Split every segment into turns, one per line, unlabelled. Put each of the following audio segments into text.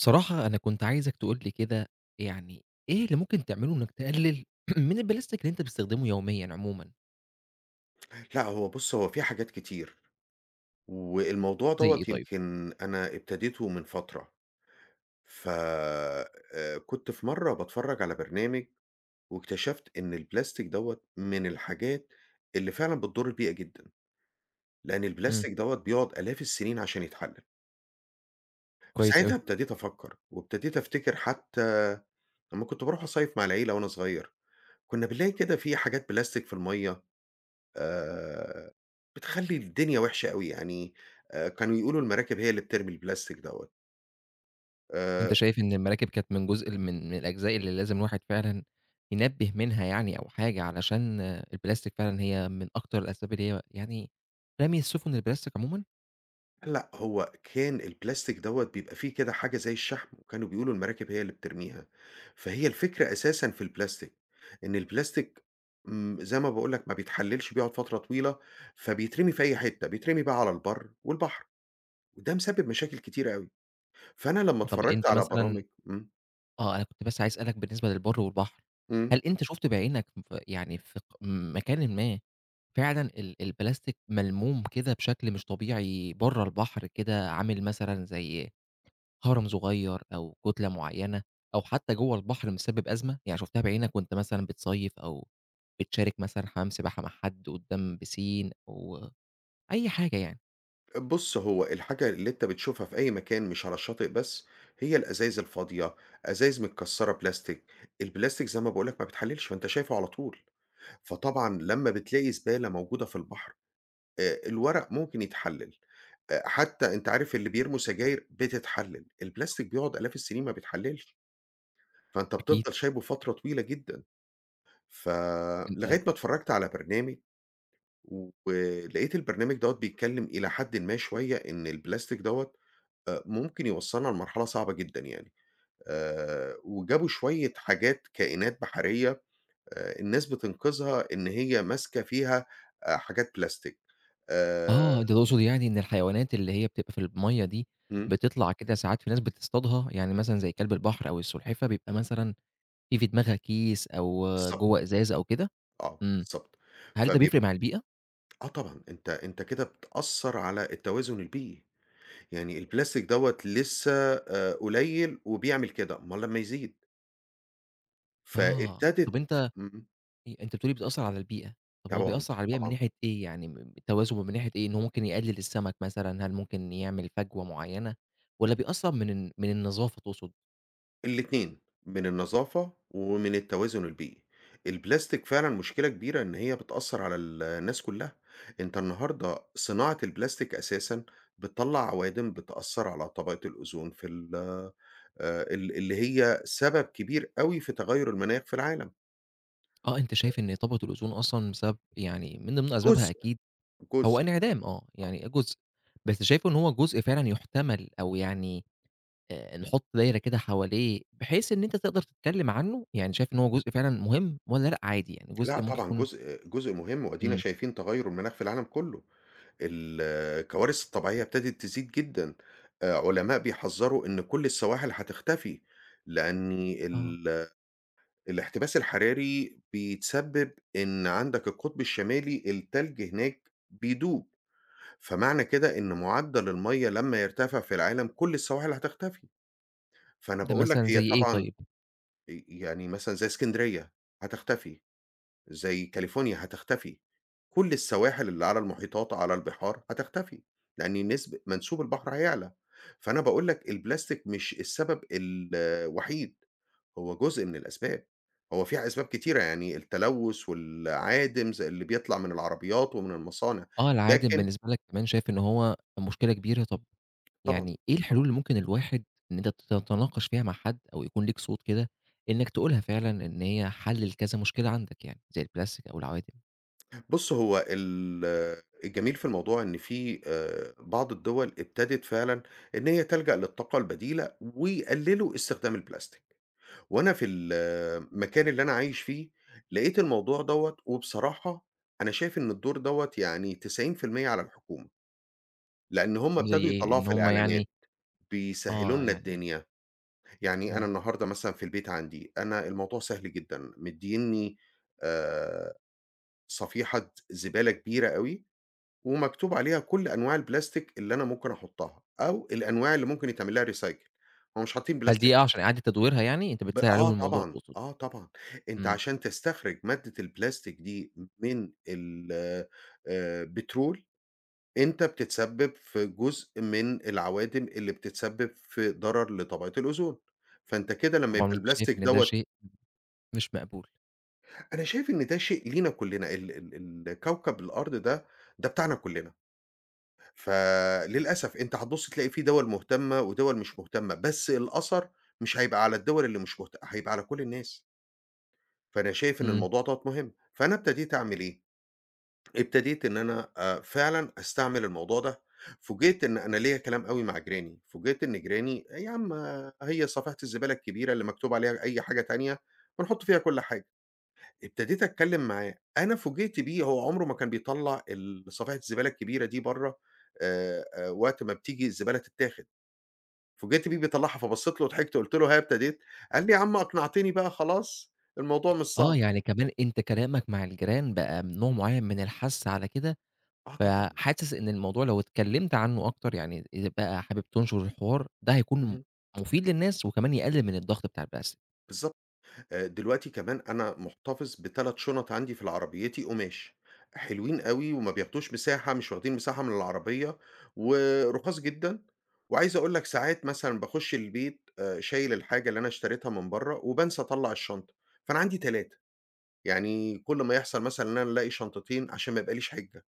بصراحة أنا كنت عايزك تقول لي كده، يعني إيه اللي ممكن تعمله إنك تقلل من البلاستيك اللي أنت بتستخدمه يوميًا عمومًا؟
لأ، هو بُص، هو في حاجات كتير، والموضوع
زي
دوّة
إيه طيب؟
يمكن أنا ابتديته من فترة. ف كنت في مرّة باتفرّج على برنامج، واكتشفت إن البلاستيك دوّة من الحاجات اللي فعلًا بتضُر البيئة جدًا، لأن
إمم.
البلاستيك دوّة بيقعد آلاف السنين عشان يتحلل.
كويس
فساعتها
أوي.
ابتديت أفكّر، وابتديت أفتكر حتى لمّا كنت باروح أصيّف مع العيلة وأنا صغير، كنا بنلاقي كده في حاجات بلاستيك في المَيّة آآ، بتخلّي الدنيا وحشة أوي، يعني. كانوا يقولوا المراكب هي اللي بترمي البلاستيك دوّة. آآ،
أنت شايف إن المراكب كانت من جزء من الأجزاء اللي لازم الواحد فعلًا ينبه منها، يعني أو حاجة علشان البلاستيك فعلًا هي من أكتر الأسباب اللي هي يعني رمي السفن البلاستيك عمومًا؟
لأ هو كان البلاستيك دوّة بيبقى فيه كده حاجة زي الشحم، وكانوا بيقولوا المراكب هي اللي بترميها. فهي الفكرة أساسًا في البلاستيك، إن البلاستيك زي ما باقول لك ما بيتحللش، بيقعد فترة طويلة، فبيترمي في أي حتة، بيترمي بقى على البر والبحر، وده مسبب مشاكل كتيرة أوي. فأنا لمّا
طب
اتفرجت
أنت
على
مثلًا،
برامج
أنا كنت بس عايز أسألك بالنسبة للبر والبحر،
إمم.
هل أنت شُفت بعينك يعني في مكانٍ ما فعلًا البلاستيك ملموم كده بشكل مش طبيعي برّه البحر، كده عامل مثلًا زي هرم صغير أو كتلة معيّنة، أو حتى جوّه البحر مسبب أزمة؟ يعني شُفتها بعينك وأنت مثلًا بتصيّف، أو بتشارك مثلًا حمام سباحة مع حد قدّام بيسين أو أي حاجة يعني؟
بُص، هو الحاجة اللي أنت بتشوفها في أي مكان مش على الشاطئ بس، هي الأزايز الفاضية، أزايز متكسّرة بلاستيك. البلاستيك زي ما باقول لك ما بيتحللش، فأنت شايفه على طول. فطبعًا لمّا بتلاقي زبالة موجودة في البحر، الورق ممكن يتحلل. حتى أنت عارف اللي بيرموا سجاير بتتحلل، البلاستيك بيقعد آلاف السنين ما بيتحللش، فأنت
أكيد.
بتفضل شايبه فترة طويلة جدًا. ف
أنت
لغاية ما اتفرّجت على برنامج ولقيت البرنامج دوّة بيتكلّم إلى حدٍ ما شوية إن البلاستيك دوّة ممكن يوصّلنا لمرحلة صعبة جدًا يعني. وجابوا شوية حاجات كائنات بحرية الناس بتنقذها إن هي ماسكة فيها حاجات بلاستيك. آآ
أنت تقصد يعني إن الحيوانات اللي هي بتبقى في المَيّة دي،
إمم،
بتطلع كده ساعات في ناس بتصطادها، يعني مثلًا زي كلب البحر أو السلحفة بيبقى مثلًا في دماغها كيس، أو
بالضبط.
جوّه إزاز أو كده؟
آه،
إمم.
بالضبط.
هل ده
فبيب
بيفرق مع البيئة؟
آه طبعًا. أنت كده بتأثّر على التوازن البيئي، يعني البلاستيك دوّة لسه قليل وبيعمل كده، أمّال لمّا يزيد.
آه، طب
فابتدت
أنت
إمم.
إيه، أنت بتقول لي بتأثّر على البيئة، طب هو
طبعًا،
بيأثّر على البيئة من
طبعًا.
ناحية إيه؟ يعني التوازن من ناحية إيه؟ إن هو ممكن يقلل السمك مثلًا، هل ممكن يعمل فجوة معيّنة، والّا بيأثّر من النظافة تقصد؟
الاتنين، من النظافة ومن التوازن البيئي. البلاستيك فعلًا مشكلة كبيرة إن هي بتأثّر على الناس كلّها. أنت النهارده صناعة البلاستيك أساسًا بتطلّع عوادم بتأثّر على طبقة الأوزون في ال اللي هي سبب كبير أوي في تغيُّر المناخ في العالم.
آه، أنت شايف إن طبقة الأوزون أصلًا بسبب، يعني من ضمن أسبابها
جزء.
أكيد
جزء.
هو انعدام، يعني جزء، بس شايفه إن هو جزء فعلًا يُحتمل، أو يعني نحُط دايرة كده حواليه بحيث إن أنت تقدر تتكلّم عنه، يعني شايف إن هو جزء فعلًا مهم والّا لأ عادي، يعني
لأ
جزء ممكن
طبعًا
يكون؟
جزء جزء مهم وأدينا
إمم.
شايفين تغيُّر المناخ في العالم كلّه. الكوارث الطبيعية ابتدت تزيد جدًا. علماء بيحذّروا إن كل السواحل هتختفي، لأن
آه،
ال الاحتباس الحراري بيتسبب إن عندك القطب الشمالي التلج هناك بيدوب، فمعنى كده إن معدّل المَيّة لمّا يرتفع في العالم كل السواحل هتختفي. فأنا
ده
باقول لك
مثلًا
هي
زي إيه
طبعًا
طيب؟
يعني مثلًا زي إسكندرية هتختفي. زي كاليفورنيا هتختفي، كل السواحل اللي على المحيطات وعلى البحار هتختفي، لأن نسب منسوب البحر هيعلى. فأنا باقول لك البلاستيك مش السبب الوحيد، هو جزء من الأسباب، هو في أسباب كتيرة يعني التلوث والعادم زي اللي بيطلع من العربيات ومن المصانع.
آه، العادم
لكن
بالنسبة لك كمان شايف إن هو مشكلة كبيرة، طَب
طبعًا،
يعني إيه الحلول
طبعًا.
اللي ممكن الواحد إن أنت تتناقش فيها مع حد، أو يكون ليك صوت كده إنك تقولها فعلًا إن هي حَل لكذا مشكلة عندك، يعني زي البلاستيك أو العوادم؟
بُص هو الجميل في الموضوع إن في بعض الدول ابتدت فعلًا إن هي تلجأ للطاقة البديلة ويقللوا استخدام البلاستيك. وأنا في المكان اللي أنا عايش فيه، لقيت الموضوع دوّة وبصراحة أنا شايف إن الدور دوّة يعني 90% على الحكومة، لإن هم
زي
ابتدوا
إيه؟
يطلّعوا
إن
في
هم
الإعلانات،
يعني؟
بيسهّلوا
آه،
لنا
يعني،
الدنيا. يعني أنا
إمم.
النهارده مثلًا في البيت عندي، أنا الموضوع سهل جدًا، مدّينّي آآ صفيحة زبالة كبيرة أوي، ومكتوب عليها كل أنواع البلاستيك اللي أنا ممكن أحطّها، أو الأنواع اللي ممكن يتعمل لها recycle. هُم مش حاطّين
هل
بلاستيك
دي عشان
بس.
إعادة تدويرها يعني؟ أنت بتسهِّل
آه
عليهم الموضوع
طبعًا،
تقصد.
آه طبعًا. أنت
إمم.
عشان تستخرج مادة البلاستيك دي من ال بترول، أنت بتتسبب في جزء من العوادم اللي بتتسبب في ضرر لطبقة الأوزون. فأنت كده لمّا
طبعًا
يبقى
أنت شايف
البلاستيك
إن ده
دوّة،
شيء مش مقبول.
أنا شايف إن ده شيء لينا كلّنا، ال ال ال كوكب الأرض ده، ده بتاعنا كلّنا. فللأسف أنت هتبُص تلاقي في دول مهتمة ودول مش مهتمة، بس الأثر مش هيبقى على الدول اللي مش هيبقى على كل الناس. فأنا شايف إن
إمم.
الموضوع دوّة مهم، فأنا ابتديت أعمل إيه، ابتديت إن أنا فعلًا أستعمل الموضوع ده. فوجئت إن أنا ليّا كلام أوي مع جيراني، فوجئت إن جيراني: "إيه يا عم آه، هي صفيحة الزبالة الكبيرة اللي مكتوب عليها أي حاجة تانية بنحط فيها كل حاجة". ابتديت أتكلم معاه، أنا فوجئت بيه هو عمره ما كان بيطلّع ال صفيحة الزبالة الكبيرة دي برّه، وقت ما بتيجي الزبالة تتاخد، فوجئت بيه بيطلّعها فبصيت له وضحكت قُلت له: "ها ابتديت؟" قال لي: "يا عم أقنعتني بقى خلاص الموضوع مش
آه،
صعب."
يعني كمان أنت كلامك مع الجيران بقى نوع معيّن من الحَث على كده،
آه طبعًا.
فحاسس إن الموضوع لو اتكلّمت عنّه أكتر، يعني إذا بقى حابب تنشُر الحوار، ده هيكون
اهم.
مفيد للناس، وكمان يقلِّل من الضغط بتاع البَث.
بالضبط. دلوقتي كمان أنا مُحتفظ ب3 شُنَط عندي في العربيتي قُماش، حلوين أوي وما بياخدوش مساحة، مش واخدين مساحة من العربية ورُخاص جدًا. وعايز أقول لك ساعات مثلًا باخُش البيت شايل الحاجة اللي أنا اشتريتها من برّه وبانسى أطلّع الشنطة، فأنا عندي 3، يعني كل ما يحصل مثلًا إن أنا ألاقي شنطتين عشان ما يبقاليش حِجّة.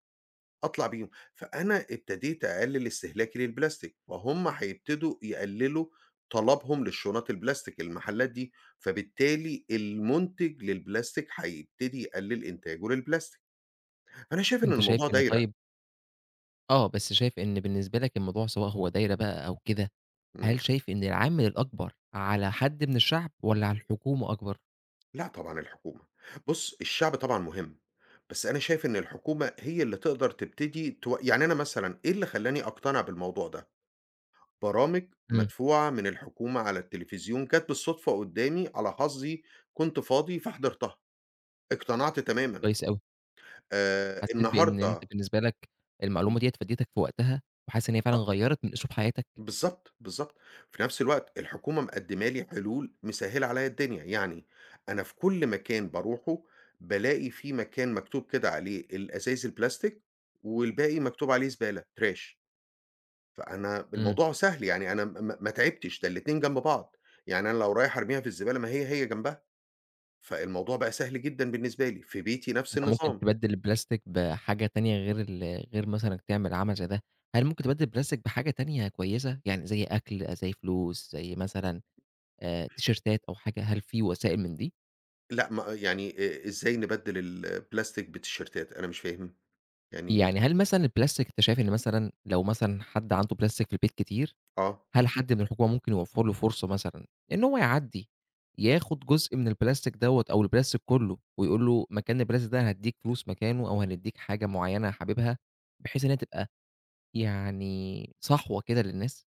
أطلع بيهم. فأنا ابتديت أقلل استهلاكي للبلاستيك، فهُم هيبتدوا يقللوا طلبهم للشنط البلاستيك المحلات دي، فبالتالي المُنتج للبلاستيك هيبتدي يقلل إنتاجه للبلاستيك، فأنا شايف إن
أنت شايف
الموضوع
إن
دايرة.
طيب، بس شايف إن بالنسبة لك الموضوع سواء هو دايرة بقى أو كده،
إمم.
هل شايف إن العامل الأكبر على حد من الشعب والّا على الحكومة أكبر؟
لأ طبعًا الحكومة. بُص الشعب طبعًا مهم، بس أنا شايف إن الحكومة هي اللي تقدر تبتدي تو، يعني أنا مثلًا إيه اللي خلّاني أقتنع بالموضوع ده؟ برامج
إمم.
مدفوعة من الحكومة على التلفزيون جات بالصدفة قدّامي على حظي، كنت فاضي فحضرتها، اقتنعت تمامًا.
كويس أوي. حسيت بإن أنت
النهارده،
بالنسبة لك المعلومة ديّة فادتك في وقتها، وحاسس إن هي فعلًا غيّرت من أسلوب حياتك؟
بالضبط، بالضبط. في نفس الوقت الحكومة مقدّمة لي حلول مسهّلة عليّا الدنيا، يعني أنا في كل مكان باروحه بالاقي في مكان مكتوب كده عليه الأزايز البلاستيك والباقي مكتوب عليه زبالة trash. فأنا
إمم.
الموضوع سهل، يعني أنا ما تعبتش، ده الاتنين جنب بعض. يعني أنا لو رايح أرميها في الزبالة ما هي، هي جنبها. فالموضوع بقى سهل جدًا بالنسبة لي، في بيتي نفس
أنت ممكن
النظام.
تبدّل البلاستيك بحاجة تانية، غير غير مثلًا إنك تعمل عمل زي ده، هل ممكن تبدّل البلاستيك بحاجة تانية كويسة؟ يعني زي أكل، زي فلوس، زي مثلًا تيشيرتات أو حاجة، هل في وسائل من دي؟
لأ ما يعني إزاي نبدّل البلاستيك بالتيشيرتات؟ أنا مش فاهم. يعني إيه؟
يعني هل مثلًا البلاستيك أنت شايف إن مثلًا لو مثلًا حد عنده بلاستيك في البيت كتير،
آه.
هل حد من الحكومة ممكن يوفّر له فرصة مثلًا إن هو يعدّي، ياخد جزء من البلاستيك دوّة أو البلاستيك كلّه، ويقول له مكان البلاستيك ده هادّيك فلوس مكانه، أو هندّيك حاجة معيّنة حاببها، بحيث إن هي تبقى يعني صحوة كده للناس؟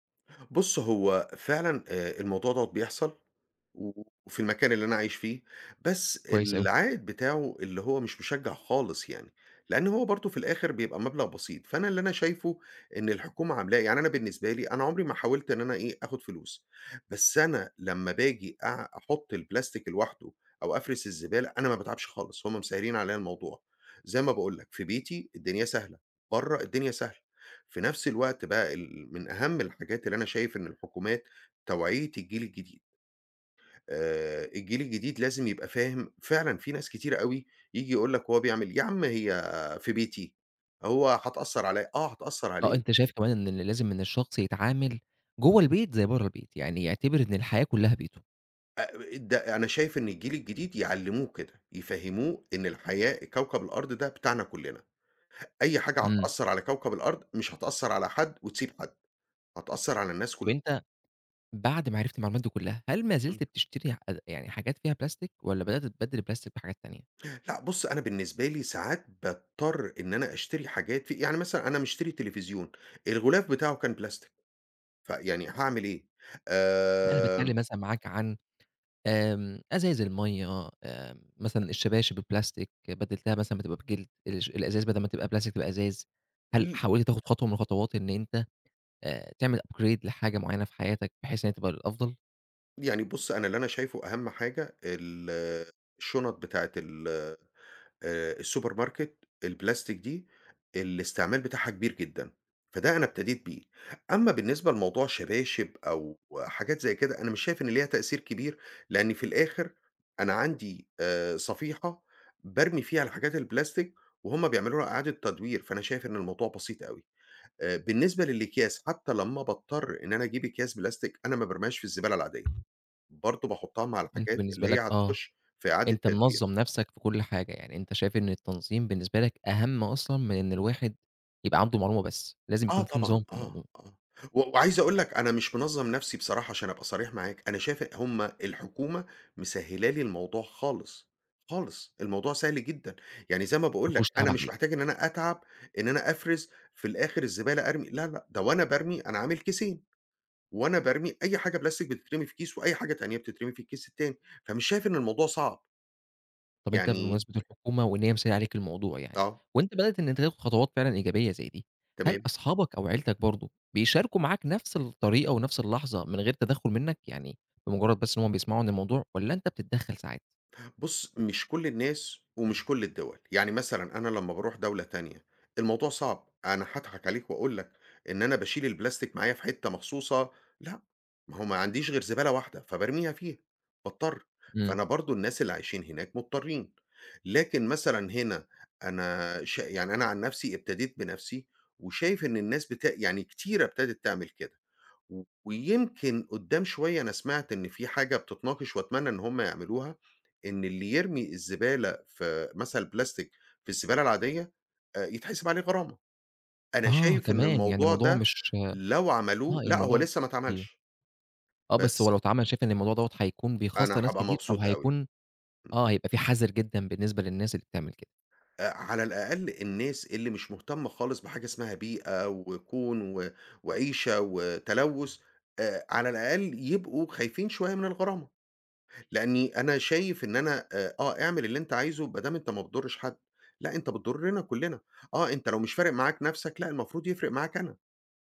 بُص، هو فعلًا الموضوع دوّة بيحصل، وفي المكان اللي أنا عايش فيه، بس
كويس أوي.
العائد بتاعه اللي هو مش مشجّع خالص يعني، لإن هو برضه في الآخر بيبقى مبلغ بسيط. فأنا اللي أنا شايفه إن الحكومة عاملاه، يعني أنا بالنسبة لي أنا عمري ما حاولت إن أنا إيه، آخُد فلوس. بس أنا لمّا باجي أحُط البلاستيك لوحده أو أفرِز الزبالة، أنا ما باتعبش خالص، هم مسهّلين عليّا الموضوع. زي ما باقول لك في بيتي الدنيا سهلة، برّه الدنيا سهلة. في نفس الوقت بقى من أهم الحاجات اللي أنا شايف إن الحكومات توعية الجيل الجديد. الجيل الجديد لازم يبقى فاهم، فعلًا في ناس كتيرة أوي ييجي يقول لك هو بيعمل إيه، يا عم هي في بيتي، هو هتأثّر عليَّ. آه هتأثّر
آه،
عليه.
أنت شايف كمان إن اللي لازم إن الشخص يتعامل جوّه البيت زي برّه البيت، يعني يعتبر إن الحياة كلّها بيته.
أ ده أنا شايف إن الجيل الجديد يعلموه كده، يفهموه إن الحياة كوكب الأرض ده بتاعنا كلنا، أي حاجة
إمم.
هتأثّر على كوكب الأرض مش هتأثّر على حد وتسيب حد، هتأثّر على الناس.
طَب أنت بعد ما عرفت المعلومات دي كلّها، هل ما
كل
زلت بتشتري يعني حاجات فيها بلاستيك، والّا بدأت تبدّل البلاستيك بحاجات تانية؟
لأ بُص، أنا بالنسبة لي ساعات باضطر إن أنا أشتري حاجات في، يعني مثلًا أنا مشتري تلفزيون، الغلاف بتاعه كان بلاستيك، فيعني هاعمل إيه؟
أنا باتكلّم
آمم،
مثلًا معاك عن أزايز المَيّة، مثلًا الشباشب البلاستيك بدّلتها مثلًا بتبقى بجلد، الأزايز بدل ما تبقى بلاستيك تبقى إزاز، هل
ل
حاولت تاخد خطوة من الخطوات إن أنت تعمل upgrade لحاجة معيّنة في حياتك بحيث إن هي تبقى للأفضل؟
يعني بُص، أنا اللي أنا شايفه أهم حاجة الشنط بتاعة ال السوبر ماركت البلاستيك دي، الاستعمال بتاعها كبير جدًا، فده أنا ابتديت بيه. أمّا بالنسبة لموضوع شباشب أو حاجات زي كده، أنا مش شايف إن ليها تأثير كبير، لإن في الآخر أنا عندي صفيحة بارمي فيها الحاجات البلاستيك وهُم بيعملوا لها إعادة تدوير، فأنا شايف إن الموضوع بسيط أوي. بالنسبة للأكياس، حتى لمّا باضطر إن أنا أجيب أكياس بلاستيك، أنا ما بارميهاش في الزبالة العادية، برضه باحطها مع
أنت
الحاجات اللي
بالنسبة
هي
لك،
هتخش في إعادة
أنت
تدوير.
منظّم نَفْسك في كل حاجة، يعني أنت شايف إن التنظيم بالنسبة لك أهم أصلًا من إن الواحد يبقى عنده معلومة بس، لازم
آه
يكون في
طبعًا،
نظام في
آه،
الموضوع،
آه. و وعايز أقول لك أنا مش منظّم نَفْسي بصراحة عشان أبقى صريح معاك، أنا شايف هم الحكومة مسهّلة لي الموضوع خالص، خالص، الموضوع سهل جدًا. يعني زي ما
ما
باقول لك
فيهوش تعب
أنا مش
عليك.
محتاج إن أنا أتعب إن أنا أفرز في الآخر الزبالة أرمي لا، لأ، ده وأنا بارمي أنا عامل كيسين، وأنا بارمي أي حاجة بلاستيك بتترمي في كيس، وأي حاجة تانية بتترمي في الكيس التاني، فمش شايف إن الموضوع صعب،
طب أنت
يعني
بمناسبة الحكومة وإن هي مسهّلة عليك الموضوع يعني،
آه.
وأنت بدأت إن أنت تاخد خطوات فعلًا إيجابية زي دي، هل
تمام.
أصحابك أو عيلتك برضه بيشاركوا معاك نفس الطريقة ونفس اللحظة من غير تدخُّل منّك؟ يعني بمجرّد بس إن هُم بيسمعوا عن الموضوع، والّا أنت بتتدخّل ساعات؟
بُص، مش كل الناس ومش كل الدول، يعني مثلًا أنا لمّا باروح دولة تانية الموضوع صعب، أنا هاضحك عليك وأقول لك إن أنا باشيل البلاستيك معايا في حتة مخصوصة، لأ. ما هو ما عنديش غير زبالة واحدة فبارميها فيها، باضطر.
إمم.
فأنا برضه الناس اللي عايشين هناك مضطرين، لكن مثلًا هنا أنا يعني أنا عن نفسي ابتديت بنفسي وشايف إن الناس يعني كتيرة ابتدت تعمل كده. و ويمكن قدّام شوية أنا سمعت إن في حاجة بتتناقش وأتمنى إن هم يعملوها، إن اللي يرمي الزبالة في مثلًا البلاستيك في الزبالة العادية يتحسب عليه غرامة. أنا
آه
شايف إن
كمان، يعني
الموضوع
الموضوع
ده
مش
لو عملوه، لأ هو
الموضوع،
لسه ما
أيوه.
اتعملش،
آه، بس هو لو
بس
اتعمل شايف إن الموضوع دوّة هيكون بيخسّر
أنا
ناس
هابقى
كتير، أو
مبسوط أوي.
هيكون
إمم.
هيبقى في حذر جدًا بالنسبة للناس اللي بتعمل كده.
على الأقل الناس اللي مش مهتمة خالص بحاجة اسمها بيئة وكون وعيشة وتلوث، على الأقل يبقوا خايفين شوية من الغرامة. لإني أنا شايف إن أنا آه، اعمل اللي أنت عايزه ما دام أنت ما بتضرّش حد، لأ أنت بتضرنا كلّنا. آه، أنت لو مش فارق معاك نَفْسك لأ المفروض يفرق معاك أنا.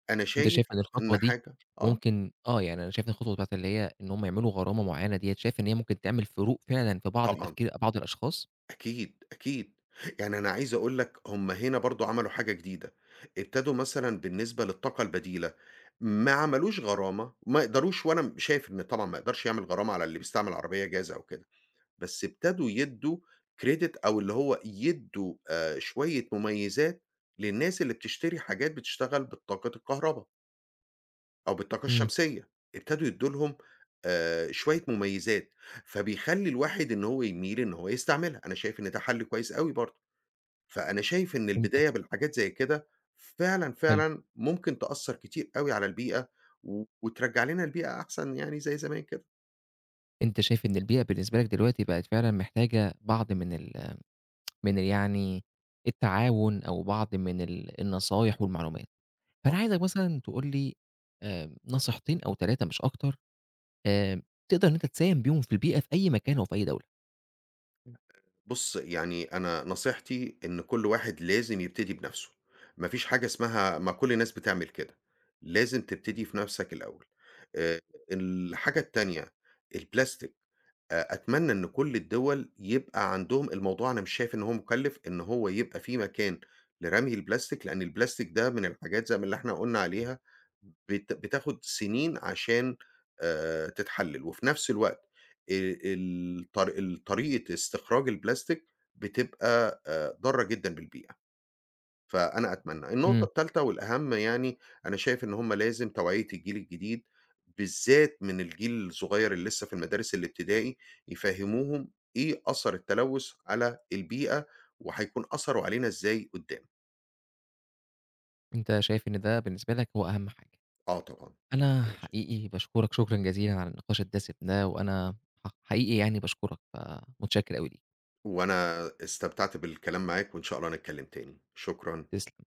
أنا
أنت
شايف
شايف إن الخطوة
إن
دي
حاجة آه.
ممكن، يعني أنا شايف إن الخطوة بتاعة اللي هي إن هم يعملوا غرامة معيّنة ديّة، شايف إن هي ممكن تعمل فروق فعلًا في بعض
طبعًا،
التفكير بعض الأشخاص؟
أكيد، أكيد. يعني أنا عايز أقول لك هُم هنا برضه عملوا حاجة جديدة، ابتدوا مثلًا بالنسبة للطاقة البديلة، ما عملوش غرامة، ما يقدروش، وأنا شايف إن طبعًا ما يقدرش يعمل غرامة على اللي بيستعمل عربية جاز أو كده. بس ابتدوا يدّوا credit أو اللي هو يدّوا شوية مميزات للناس اللي بتشتري حاجات بتشتغل بطاقة الكهربا أو بالطاقة
إمم.
الشمسية، ابتدوا يدّوا لهم شوية مميزات، فبيخلّي الواحد إن هو يميل إن هو يستعملها، أنا شايف إن ده حل كويس أوي برضه. فأنا شايف إن
أنت
البداية بالحاجات زي كده فعلًا،
حلو.
فعلًا ممكن تأثّر كتير أوي على البيئة وترجّع لنا البيئة أحسن يعني زي زمان كده.
أنت شايف إن البيئة بالنسبة لك دلوقتي بقت فعلًا محتاجة بعض من ال يعني التعاون، أو بعض من النصايح والمعلومات، فأنا عايزك مثلًا تقول لي نصيحتين أو 3 مش أكتر، آآ تقدر إن أنت تساهم بيهم في البيئة في أي مكان أو في أي دولة.
بُص، يعني أنا نصيحتي إن كل واحد لازم يبتدي بنَفْسه، ما فيش حاجة اسمها ما كل الناس بتعمل كده، لازم تبتدي في نَفْسك الأول. آآ الحاجة التانية، الplastic، أتمنى إن كل الدول يبقى عندهم الموضوع، أنا مش شايف إن هو مُكلِّف، إن هو يبقى في مكان لرمي البلاستيك، لأن البلاستيك ده من الحاجات زي ما اللي إحنا قُلنا عليها بتاخد سنين عشان تتحلِّل، وفي نفس الوقت الطر ال طريقة استخراج البلاستيك بتبقى ضارة جدًا بالبيئة. فأنا أتمنى. النقطة
إمم.
التالتة والأهم يعني، أنا شايف إن هم لازم توعية الجيل الجديد، بالذات من الجيل الصغير اللي لسه في المدارس الابتدائي، يفهّموهم إيه أثر التلوث على البيئة، وهيكون أثره علينا إزاي قدّام.
أنت شايف إن ده بالنسبة لك هو أهم حاجة.
آه طبعًا.
أنا حقيقي باشكرك شكرًا جزيلًا على النقاش الدسم ده، وأنا حقيقي يعني باشكرك، فمتشكر أوي ليك.
وأنا استمتعت بالكلام معاك، وإن شاء الله نتكلم تاني. شكرًا.
تسلم.